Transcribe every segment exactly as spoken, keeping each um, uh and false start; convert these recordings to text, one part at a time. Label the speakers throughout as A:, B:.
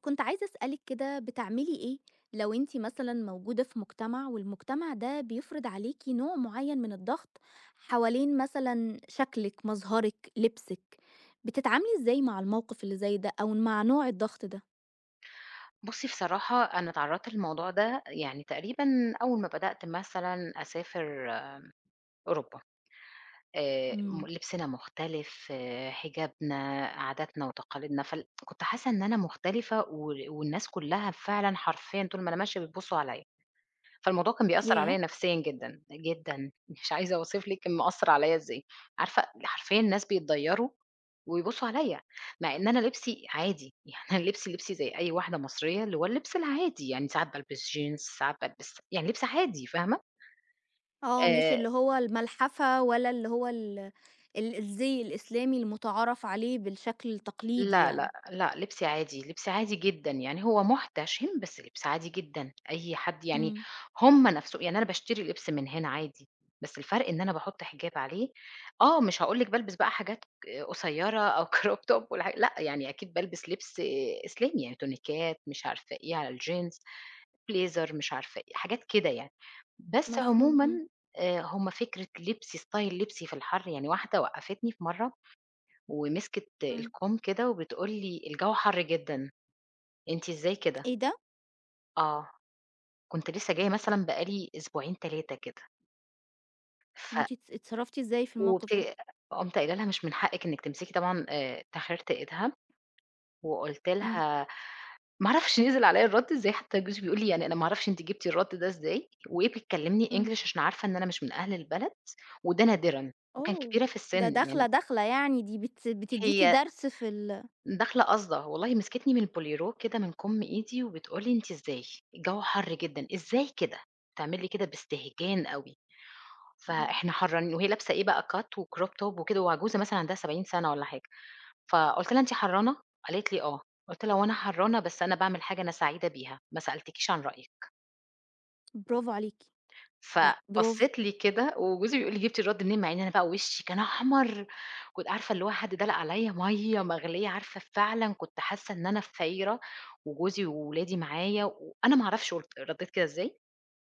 A: كنت عايزة أسألِك كده بتعملي إيه لو أنتِ مثلًا موجودة في مجتمع، والمجتمع ده بيفرض عليكِ نوع معين من الضغط حوالين مثلًا شكلِك، مظهرِك، لبسِك، بتتعاملي إزاي مع الموقف اللي زي ده أو مع نوع الضغط ده؟
B: بُصّي بصراحة أنا اتعرّضت للموضوع ده يعني تقريبًا أول ما بدأت مثلًا أسافر أوروبا، آآ
A: إمم.
B: م لبسنا مختلف، آه، حجابنا، عاداتنا وتقاليدنا، فال كنت حاسة إن أنا مختلفة وال والناس كلّها فعلًا حرفيًا طول ما أنا ماشية بيبُصّوا عليَّ. فالموضوع كان بيأثّر
A: ياه!
B: عليَّ نفسيًا جدًا، جدًا، مش عايزة أوصف لِك كان مأثّر عليَّ إزاي، عارفة حرفيًا الناس بيتضيّروا ويبُصّوا عليَّ، مع إن أنا لبسي عادي، يعني أنا لبسي لبسي زي أي واحدة مصرية اللي هو اللبس العادي، يعني ساعات بالبس جينز، ساعات بالبس يعني لبس عادي فاهمة؟
A: آه، مش
B: آآ
A: اللي هو الملحفة ولا اللي هو ال ال الزي الإسلامي المُتعارف عليه بالشكل التقليدي
B: لا،
A: يعني.
B: لأ، لأ، لبسي عادي، لبسي عادي جدًا، يعني هو محتشم بس لبسي عادي جدًا، أي حد يعني
A: إمم.
B: هم نفسه يعني أنا باشتري لبس من هنا عادي، بس الفرق إن أنا باحط حجاب عليه، آه، مش هاقول لِك بالبس بقى حاجات قصيّرة أو crop top والح لأ، يعني أكيد بالبس لبس إسلامي، يعني تونيكات مش عارفة إيه على الجينز، بليزر مش عارفة إيه، حاجات كده يعني. بس
A: مفهوم.
B: عمومًا
A: إمم.
B: آآ، هم فكرة لبسي style لبسي في الحَر، يعني واحدة وقّفتني في مرّة ومسكت
A: إمم.
B: الكوم كده وبتقول لي: "الجو حَر جدًا، أنتِ إزاي كده؟"
A: إيه ده؟
B: آه، كنت لسه جاية مثلًا بقى لي أسبوعين تلاتة كده، ف
A: وأنتِ اتس اتصرفتِ إزاي في الموقف ده؟
B: وبت قُمت قايلة لها: "مش من حقِّك إنِّك تمسكي." طبعًا آآ تحريرت إيدها وقُلت
A: إمم.
B: لها ما أعرفش نزل عليّا الرَد إزاي، حتى جوزي بيقول لي: "يعني أنا ما أعرفش أنتِ جبتِ الرَد ده إزاي، وإيه بتكلّمني
A: إمم.
B: English عشان عارفة إن أنا مش من أهل البلد وده نادرًا." وكان
A: أوه!
B: كبيرة في
A: ده
B: السِن،
A: داخلة،
B: يعني
A: داخلة، يعني دي بت بتدّيكِ
B: هي
A: درس في ال
B: داخلة قاصدة، والله مسكتني من البوليرو كده من كُم إيدي وبتقول لي: "أنتِ إزاي؟ الجو حَر جدًا، إزاي كده؟" بتعمل لي كده باستهجان أوي،
A: إمم.
B: فإحنا حَرّانين وهي لابسة إيه بقى Cut وCrop Top وكده وعجوزة مثلًا عندها سبعين سَنة والّا حاجة، فقُلت لها: "أنتِ حَرّانة؟" قالت لي: "آه." قُلت لها: "هو أنا حَرّانة بس أنا باعمل حاجة أنا سعيدة بيها، ما سألتكيش عن رأيِك."
A: برافو عليكِ. لأ، برافو.
B: فبصّيت لي كده وجوزي بيقول لي: "جِبتِ الرَد منين؟" مع إن أنا بقى وشّي كان أحمر، كنت عارفة اللي هو حد دلق عليّا مَيّة مغلية، عارفة فعلًا كنت حاسة إن أنا في فايرة وجوزي وولادي معايا، وأنا ما أعرفش قُلت ردّيت كده إزاي،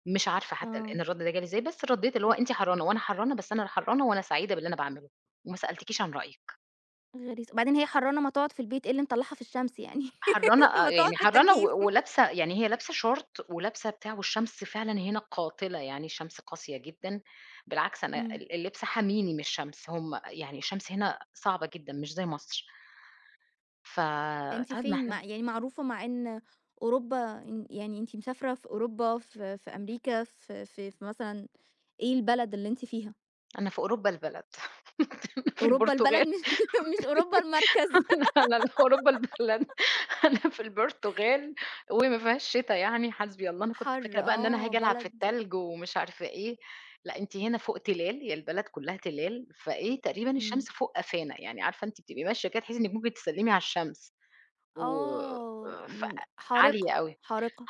B: مش عارفة حتى
A: آه،
B: الآن الرَد ده جالي إزاي، بس ردّيت اللي هو أنتِ حرّانة وأنا حرّانة، بس أنا حرّانة وأنا سعيدة باللي أنا باعمله، وما سألتكيش عن رأيِك.
A: غريزة. وبعدين هي حرّانة، ما تقعد في البيت، إيه اللي مطلّعها في الشمس يعني
B: حرّانة آه،
A: ما تقعد
B: يعني
A: في
B: حرّانة
A: التكييف.
B: و ولابسة يعني هي لابسة شورت ولابسة بتاع والشمس فعلًا هنا قاتلة، يعني الشمس قاسية جدًا، بالعكس أنا
A: إمم.
B: ال اللبس حاميني من الشمس، هم يعني الشمس هنا صعبة جدًا مش زي مصر، ف
A: أنتِ
B: طيب ما
A: فين
B: إحنا
A: مع يعني معروفة مع إن أوروبا، إن يعني أنتِ مسافرة في أوروبا، في في أمريكا، في في في مثلًا إيه البلد اللي أنتِ فيها؟
B: أنا في أوروبا البلد، أنا في
A: أوروبا البلد
B: البرتغال.
A: مش مش أوروبا المركز.
B: أنا لا أوروبا البلد أنا في البرتغال وما فيهاش شتا يعني حسبي الله، أنا كنت
A: حَر،
B: فاكرة بقى إن أنا
A: آه،
B: هاجي ألعب في
A: بلد.
B: التلج ومش عارفة إيه، لأ أنتِ هنا فوق تلال، هي البلد كلّها تلال، فإيه تقريبًا
A: إمم.
B: الشمس فوق قفانا، يعني عارفة أنتِ بتبقي ماشية كده تحسّي إنِّك ممكن تسلّمي على الشمس، و
A: آه،
B: آه، ف
A: ال حارقة.
B: عالية أوي،
A: حارقة.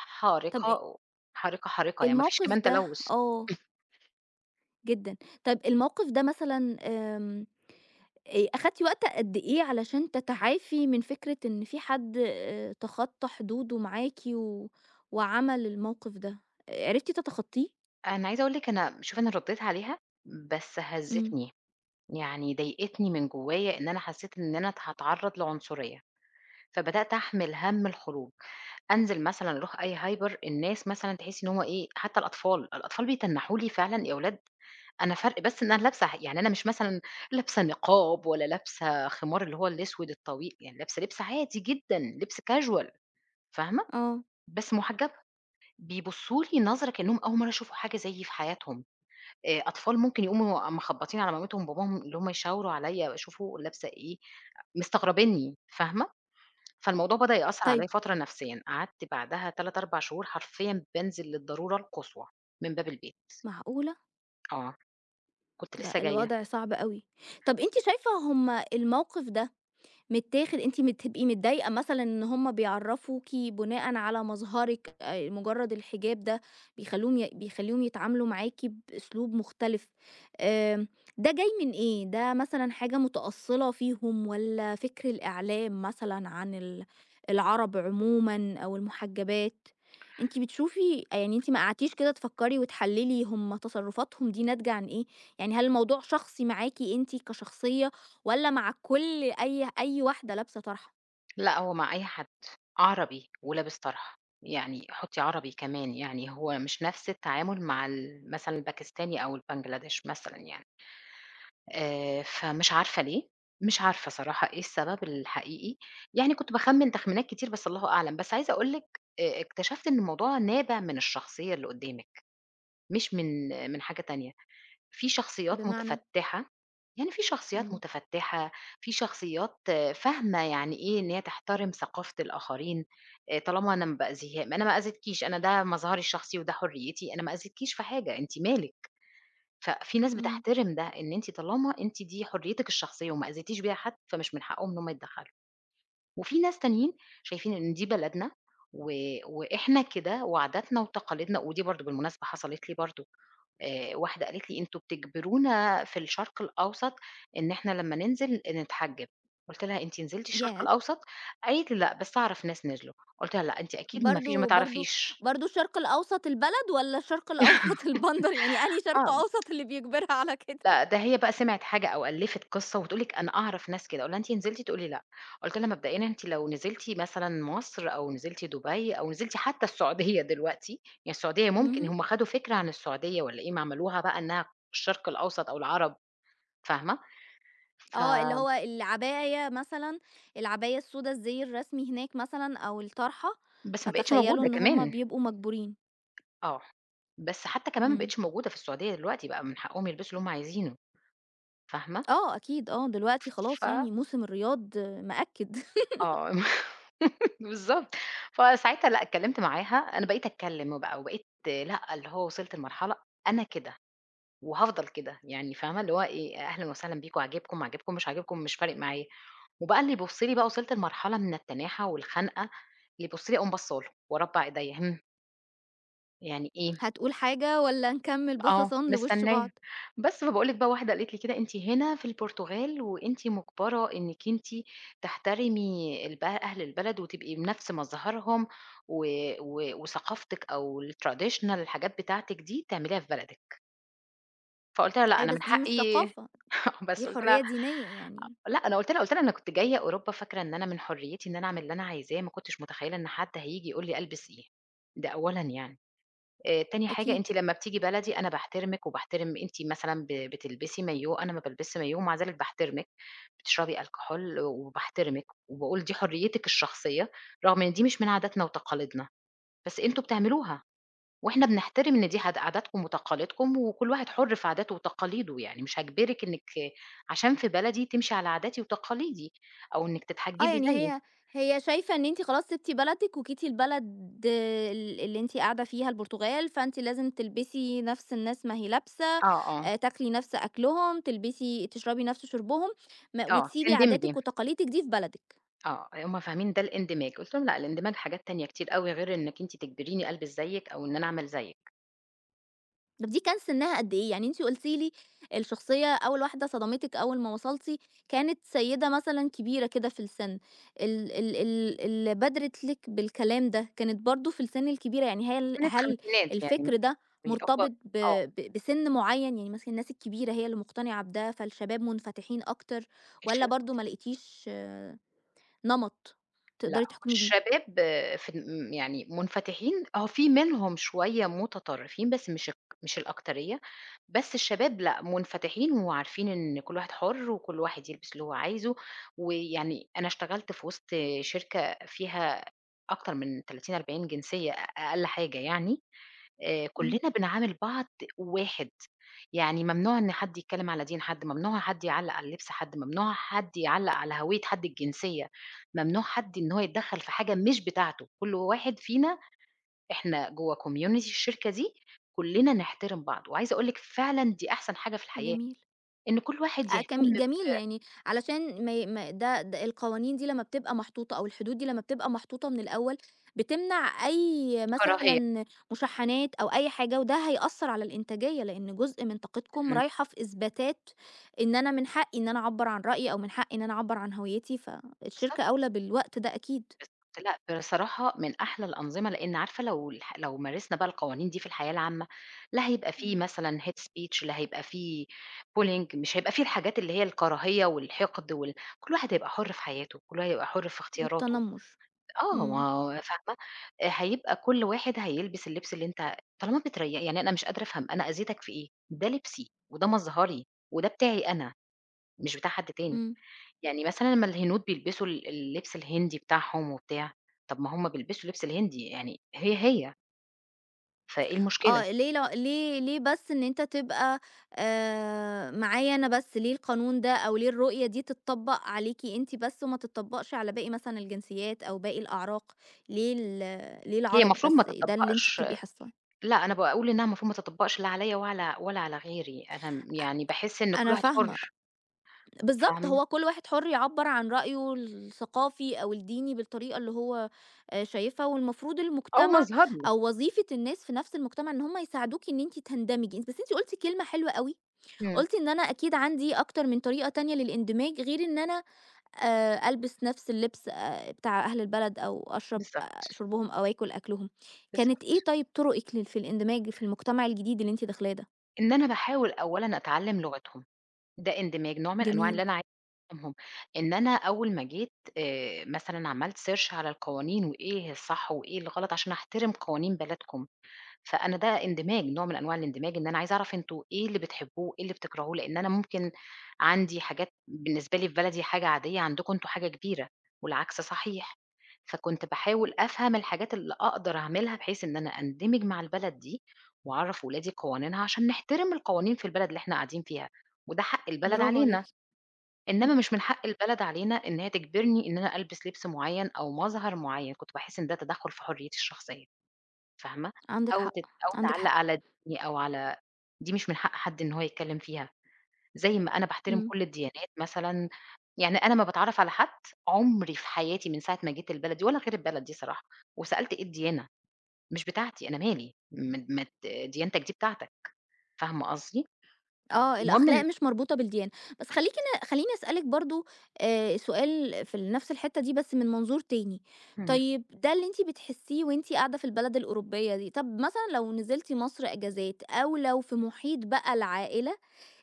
A: طب أ
B: حارقة، حارقة يعني ما فيش
A: الموقف
B: كمان
A: ده
B: تلوث.
A: آه، جدًا. طب الموقف ده مثلًا، آمم، آآ أخدتِ وقت قد إيه علشان تتعافي من فكرة إن في حد آآ تخطّى حدوده معاكِ و وعمل الموقف ده؟ آآ عرفتِ تتخطّيه؟
B: أنا عايزة أقول لِك أنا شوفي أنا ردّيت عليها بس
A: إمم.
B: هزّتني. يعني ضايقتني من جوايا إن أنا حسيت إن أنا هاتعرّض لعنصرية، فبدأت أحمل هَم الخروج، أنزل مثلًا أروح أي هايبر الناس مثلًا تحسّي إن هُم إيه، حتى الأطفال، الأطفال بيتنّحوا لي فعلًا يا ولاد أنا فرق بس إن أنا لابسة ح يعني أنا مش مثلًا لابسة نقاب ولا لابسة خمار اللي هو الأسود الطويل، يعني لابسة لبس عادي جدًا، لبس casual فاهمة،
A: آه.
B: بس مُحجّبة، بيبصّوا لي نظرة كإنّهم أول مرّة يشوفوا حاجة زيي في حياتهم. آآ أطفال ممكن يقوموا مخبّطين على مامتهم وباباهم اللي هم يشاوروا عليّا شوفوا لابسة إيه، مستغربينّي فاهمة؟ فالموضوع بدأ يأثّر
A: طيب.
B: عليّا فترة نفسيًا، قعدت بعدها ثلاثة، أربعة شهور حرفيًا بانزل للضرورة القصوى من باب البيت،
A: معقولة!
B: آه، كنت
A: ده
B: لسه جاية،
A: الوضع صعب أوي. طب أنتِ شايفة هم الموقف ده متاخد، أنتِ م بتبقي متضايقة مثلًا إن هُم بيعرّفوكِ بناءً على مظهرِك، آآ، مجرد الحجاب ده بيخلّوهم ي بيخلّيهم يتعاملوا معاكِ بأسلوب مختلف؟ آمم، ده جاي من إيه؟ ده مثلًا حاجة متأصّلة فيهم والّا فكر الإعلام مثلًا عن ال العرب عمومًا أو المحجبات؟ أنتِ بتشوفي يعني أنتِ ما قعدتيش كده تفكّري وتحلّلي هُم تصرّفاتهم دي ناتجة عن إيه؟ يعني هل الموضوع شخصي معاكِ أنتِ كشخصية والّا مع كل أي أي واحدة لابسة طرحة؟
B: لأ هو مع أي حد، عربي ولابس طرحة، يعني حُطّي عربي كمان، يعني هو مش نفس التعامل مع ال مثلًا الباكستاني أو البنجلاديش مثلًا يعني. آآ، فمش عارفة ليه، مش عارفة صراحة إيه السبب الحقيقي، يعني كنت باخمّن تخمينات كتير بس الله أعلم، بس عايزة أقول لِك آآ، اكتشفت إن الموضوع نابع من الشخصية اللي قدّامِك، مش من من حاجة تانية، في شخصيات
A: بمعنى؟
B: متفتّحة، يعني في شخصيات
A: إمم.
B: متفتّحة، في شخصيات آه، فاهمة يعني إيه إن هي تحترم ثقافة الآخرين، آآ، طالما أنا ما بأذيها أنا ما أذيتكيش، أنا ده مظهري الشخصي وده حريتي، أنا ما أذيتكيش في حاجة، أنتِ مالِك؟ ففي ناس
A: إمم.
B: بتحترم ده، إن أنتِ طالما أنتِ دي حريتِك الشخصية وما أذيتيش بيها حد، فمش من حقهم إن هم يتدخلوا، وفي ناس تانيين شايفين إن دي بلدنا و وإحنا كده وعاداتنا وتقاليدنا، ودي برضه بالمناسبة حصلت لي برضه، آآ واحدة قالت لي: "أنتم بتجبرونا في الشرق الأوسط إن إحنا لمّا ننزل نتحجّب." قُلت لها: "أنتِ نزلتِ الشرق
A: ياه!
B: الأوسط؟" قالت لي: "لأ، بس أعرف ناس نزلوا." قُلت لها: "لأ، أنتِ أكيد ما فيش ما
A: برضه برضه
B: تعرفيش."
A: برضه الشرق الأوسط البلد والّا الشرق الأوسط البندر؟ يعني أنهي شرق أوسط اللي بيجبرها على كده؟
B: لأ، ده هي بقى سمعِت حاجة أو ألّفِت قصة وتقول لِك أنا أعرف ناس كده، أقول لها: "أنتِ نزلتِ؟" تقول لي: "لأ." قُلت لها: "مبدئيًا أنتِ لو نزلتِ مثلًا مصر أو نزلتِ دبي أو نزلتِ حتى السعودية دلوقتي"، يعني السعودية
A: اهم.
B: ممكن هم خدوا فكرة عن السعودية والّا إيه، ما عملوها بقى إنها الشرق الأوسط أو العرب فاهمة؟ ف
A: آه، اللي هو العباية مثلًا، العباية السودا، الزي الرسمي هناك مثلًا، أو الطرحة،
B: بس ما بقِتش
A: فتخيّلوا
B: موجودة
A: إن هم
B: كمان،
A: بيبقوا مجبورين.
B: آه. بس حتى كمان ما
A: إمم.
B: بقِتش موجودة في السعودية دلوقتي، بقى من حقهم يلبسوا اللي هم عايزينه فاهمة؟
A: آه، أكيد. آه، دلوقتي
B: ف
A: خلاص يعني موسم الرياض. آه، مأكد.
B: آه. بالضبط، فساعتها لأ، اتكلّمت معاها، أنا بقيت أتكلّم بقى وبقيت لأ، اللي هو وصلت لمرحلة أنا كده وهافضل كده، يعني فاهمة، اللي هو إيه، أهلًا وسهلًا بيكم، عاجبكم، ما عاجبكم، مش عاجبكم، مش فارق معايا، وبقى اللي يبُص لي بقى وصلت لمرحلة من التناحة والخنقة، اللي يبُص لي أقوم باصّة له وأربّع إيديّا، همم، يعني إيه؟
A: هتقول حاجة والّا نكمّل
B: آه،
A: بصصان لوِش بعض؟
B: مستنية. بس، فباقول لِك بقى واحدة قالت لي كده: "أنتِ هنا في البرتغال وأنتِ مُجبرة إنِّك أنتِ تحترمي الب أهل البلد وتبقي بنَفْس مظهرهم و و وثقافتِك أو الtraditional الحاجات بتاعتِك دي تعمليها في بلدِك." فقُلت لها: "لأ،
A: أيوه،
B: أنا
A: بس
B: من
A: دي مش
B: حقي."
A: ثقافة. دي
B: بس قُلت لها
A: حرية دينية يعني.
B: أ لأ، أنا قُلت لها قُلت لها: "أنا كنت جاية أوروبا فاكرة إن أنا من حريتي إن أنا أعمل اللي أنا عايزاه، ما كنتش متخيلة إن حد هييجي يقول لي ألبس إيه." ده أولًا يعني. آآ تاني حاجة
A: أكيد.
B: أنتِ لمّا بتيجي بلدي أنا باحترمِك وباحترم، أنتِ مثلًا ب بتلبسي maillot أنا ما بالبسش maillot ومع ذلك باحترمِك، بتشربي alcohol وباحترمِك، وباقول دي حريتِك الشخصية، رغم إن دي مش من عاداتنا وتقاليدنا، بس أنتم بتعملوها، وإحنا بنحترم إن دي عاد عاداتكم وتقاليدكم وكل واحد حُر في عاداته وتقاليده، يعني مش هاجبرِك إنِّك عشان في بلدي تمشي على عاداتي وتقاليدي أو إنِّك
A: آه،
B: تتحجبي
A: يعني
B: زيي.
A: هي هي شايفة إن أنتِ خلاص سِبتِ بلدِك وجيتِ البلد ال اللي أنتِ قاعدة فيها البرتغال، فأنتِ لازم تلبسي نَفْس الناس ما هي لابسة،
B: آه، آه،
A: آآ تاكلي نَفْس أكلهم، تلبسي تشربي نَفْس شربهم، م
B: آه،
A: وتسيبي
B: تندمجي.
A: عاداتِك وتقاليدِك دي في بلدِك.
B: آه، هُم فاهمين ده الاندماج، قُلت لهم: "لأ، الاندماج حاجات تانية كتير أوي غير إنِّك أنتِ تجبريني ألبس زيِّك أو إن أنا أعمل زيِّك."
A: طب دي كان سنها قد إيه؟ يعني أنتِ قُلتِ لي الشخصية أول واحدة صدمتِك أول ما وصلتِ كانت سيدة مثلًا كبيرة كده في السن، ال ال ال اللي بادرت لِك بالكلام ده كانت برضه في السن الكبيرة، يعني هل
B: كانت
A: هل
B: خمسينات يعني
A: الفكر
B: مش
A: ده
B: ب هو
A: مرتبط ب
B: آه،
A: ب بسن معيّن، يعني مثلًا الناس الكبيرة هي اللي مقتنعة بده فالشباب منفتحين أكتر، والّا
B: الشباب
A: برضه ما لقيتيش، آه، نمط
B: لأ،
A: تقدري
B: هو
A: تحكمي بيه؟
B: الشباب آه، في م يعني منفتحين، آه، في منهم شوية متطرفين بس مش الك مش الأكترية، بس الشباب لأ، منفتحين وعارفين إن كل واحد حُر وكل واحد يلبس اللي هو عايزه، ويعني أنا اشتغلت في وسط شركة فيها أكتر من ثلاثين، أربعين جنسية أ أقل حاجة يعني، آآ
A: إمم.
B: كُلّنا بنعامل بعض واحد، يعني ممنوع إن حد يتكلّم على دين حد، ممنوع حد يعلّق على لبس حد، ممنوع حد يعلّق على هوية حد الجنسية، ممنوع حد إن هو يتدخّل في حاجة مش بتاعته، كل واحد فينا إحنا جوّه community الشركة دي كُلّنا نحترم بعض، وعايزة أقول لِك فعلًا دي أحسن حاجة في الحياة،
A: جميل.
B: إن كل واحد
A: آه،
B: يهتم
A: كم- جميل، يعني علشان ما ي- ما- ده, ده القوانين دي لما بتبقى محطوطة أو الحدود دي لما بتبقى محطوطة من الأول، بتمنع أي
B: بكراهية.
A: مثلا مشحنات أو أي حاجة، وده هيأثر على الإنتاجية، لأن جزء من طاقتكم
B: إمم،
A: رايحة في إثباتات إن أنا من حقي إن أنا أعبر عن رأيي أو من حقي إن أنا أعبر عن هويتي، فالشركة
B: بالضبط.
A: أولى بالوقت ده أكيد.
B: لأ، بصراحة من أحلى الأنظمة، لإن عارفة لو الح لو مارسنا بقى القوانين دي في الحياة العامة، لا هيبقى في
A: مم.
B: مثلًا hate speech، لا هيبقى في bullying، مش هيبقى في الحاجات اللي هي الكراهية والحقد وال كل واحد هيبقى حُر في حياته، كل واحد هيبقى حُر في اختياراته.
A: والتنمر.
B: آه،
A: مم.
B: ما هو فاهمة؟ آآ، هيبقى كل واحد هيلبس اللبس اللي أنت طالما بتري يعني أنا مش قادرة أفهم أنا أذيتك في إيه؟ ده لبسي وده مظهري وده بتاعي أنا، مش بتاع حد تاني.
A: مم.
B: يعني مثلًا لمّا الهنود بيلبسوا ال اللبس الهندي بتاعهم وبتاع، طب ما هم بيلبسوا لبس الهندي يعني هي، هي، فإيه المشكلة؟
A: آه، ليه ل ليه ليه بس إن أنت تبقى آآ معايا أنا بس، ليه القانون ده أو ليه الرؤية دي تتطبّق عليكِ أنتِ بس وما تتطبّقش على باقي مثلًا الجنسيات أو باقي الأعراق، ليه ال ليه
B: هي
A: العرب
B: المفروض ما
A: بس، ده اللي أنتِ
B: تطبّقش.
A: بتبقي حاسّاه.
B: لأ، أنا باقول إنها المفروض ما تطبّقش لا عليَّ ولا ولا على غيري، أنا م يعني باحس إن كل
A: أنا
B: واحد
A: فاهمة،
B: حُر،
A: بالضبط،
B: فاهمة؟
A: هو كل واحد حُر يعبّر عن رأيه الثقافي أو الديني بالطريقة اللي هو آآ شايفها، والمفروض
B: أو
A: المجتمع
B: مظهر له،
A: أو وظيفة الناس في نفْس المجتمع إن هُم يساعدوكِ إن أنتِ تندمجي، بس أنتِ قُلتِ كلمة حلوة أوي،
B: إمم،
A: قُلتِ إن أنا أكيد عندي أكتر من طريقة تانية للإندماج غير إن أنا آآ ألبس نفس اللبس آآ بتاع أهل البلد أو أشرب آآ
B: بالضبط،
A: شُربهم أو آكل أكلهم. كانت إيه
B: بالضبط،
A: طيب طرقِك لل في الإندماج في المجتمع الجديد اللي أنتِ داخلاه ده؟
B: إن أنا باحاول أولًا أتعلّم لغتهم، ده اندماج، نوع من أنواع
A: جميل.
B: اللي أنا عايزة أفهمهم، إن أنا أول ما جيت، آآ، مثلًا عملت search على القوانين وإيه الصح وإيه الغلط عشان أحترم قوانين بلدكم. فأنا ده اندماج، نوع من أنواع الاندماج، إن أنا عايزة أعرف أنتم إيه اللي بتحبوه، إيه اللي بتكرهوه، لإن أنا ممكن عندي حاجات بالنسبة لي في بلدي حاجة عادية، عندكم أنتم حاجة كبيرة، والعكس صحيح. فكنت باحاول أفهم الحاجات اللي أقدر أعملها، بحيث إن أنا أندمج مع البلد دي، وأعرّف ولادي قوانينها، عشان نحترم القوانين في البلد اللي إحنا قاعدين فيها، وده حق البلد
A: برافو
B: علينا،
A: عليكِ.
B: إنما
A: إمم.
B: مش من حق البلد علينا إن هي تجبرني إن أنا ألبس لبس معيّن أو مظهر معيّن، كنت باحس إن ده تدخُّل في حريتي الشخصية. فاهمة؟
A: عندِك
B: أو تت
A: حق.
B: أو
A: عندِك
B: تعلّق
A: حق.
B: على دي أو على دي، مش من حق حد إن هو يتكلّم فيها، زي ما أنا باحترم
A: إمم.
B: كل الديانات مثلًا، يعني أنا أمّا باتعرّف على حد عمري في حياتي من ساعة ما جيت البلد دي ولا غير البلد دي صراحة، وسألت إيه الديانة؟ مش بتاعتي، أنا مالي، ما ت ما ت ديانتك دي بتاعتك، فاهمة قصدي؟
A: آه،
B: المهم إن،
A: الأخلاق مش مربوطة بالديانة. بس خلّيكِ ن خلّيني أسألِك برضه آآ سؤال في ال نفس الحتّة دي بس من منظور تاني.
B: إمم،
A: طيب ده اللي أنتِ بتحسّيه وأنتِ قاعدة في البلد الأوروبية دي، طب مثلًا لو نزلتِ مصر إجازات أو لو في محيط بقى العائلة،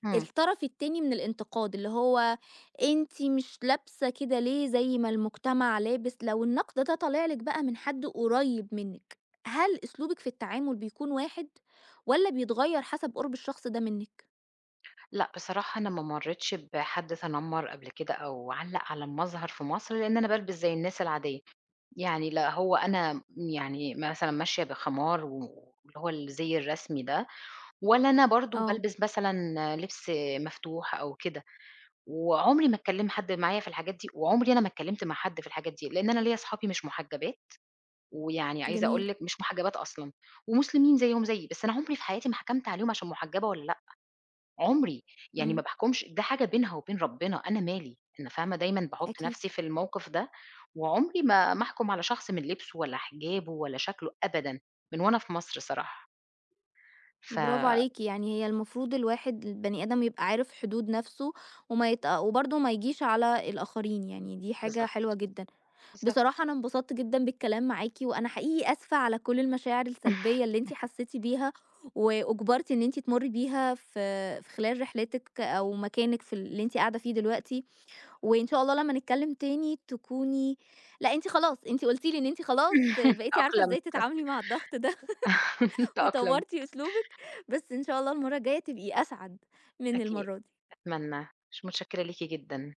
B: إمم.
A: الطرف التاني من الانتقاد اللي هو أنتِ مش لابسة كده ليه زي ما المجتمع لابس، لو النقد ده طالع لِك بقى من حد قريب منِّك، هل أسلوبِك في التعامل بيكون واحد والّا بيتغيّر حسب قُرب الشخص ده منِّك؟
B: لأ، بصراحة أنا ما مرّيتش بحد تنمّر قبل كده أو علّق على المظهر في مصر، لإن أنا بالبس زي الناس العادية، يعني لا هو أنا يعني مثلًا ماشية بخمار و- واللي هو الزي الرسمي ده، ولا أنا برضه
A: آه.
B: بالبس مثلًا لبس مفتوح أو كده، وعمري ما اتكلّم حد معايا في الحاجات دي، وعمري أنا ما اتكلّمت مع حد في الحاجات دي، لإن أنا ليّا صحابي مش محجبات، ويعني عايزة
A: جميل.
B: أقول لِك مش محجبات أصلًا، ومسلمين زيّهم زيي، بس أنا عمري في حياتي ما حكمت عليهم عشان محجبة والّا لأ. عمري، يعني ما
A: إمم.
B: باحكمش ده حاجة بينها وبين ربنا، أنا مالي، أنا فاهمة دايمًا باحط
A: أكيد.
B: نفسي في الموقف ده، وعمري ما ما أحكم على شخص من لبسه ولا حجابه ولا شكله أبدًا، من وأنا في مصر صراحة، ف
A: برافو عليكِ، يعني هي المفروض الواحد البني آدم يبقى عارف حدود نَفْسه وما يت وبرضه ما يجيش على الآخرين، يعني دي حاجة
B: بالضبط،
A: حلوة جدًا.
B: بالضبط.
A: بصراحة أنا انبسطت جدًا بالكلام معاكِ، وأنا حقيقي آسفة على كل المشاعر السلبية اللي أنتِ حسيتِ بيها وأُجبرتِ إن أنتِ تمُرّي بيها في في خلال رحلتِك أو مكانِك في اللي أنتِ قاعدة فيه دلوقتي، وإن شاء الله لمّا نتكلم تاني تكوني لأ، أنتِ خلاص، أنتِ قُلتِ لي إن أنتِ خلاص بقيتِ عارفة إزاي
B: تأقلمت،
A: تتعاملي مع الضغط ده.
B: تأقلمت،
A: وطوّرتِ أسلوبِك، بس إن شاء الله المرّة الجاية تبقي أسعد من
B: أكيد،
A: المرّة دي.
B: أتمنى، مش متشكرة ليكِ جدًا.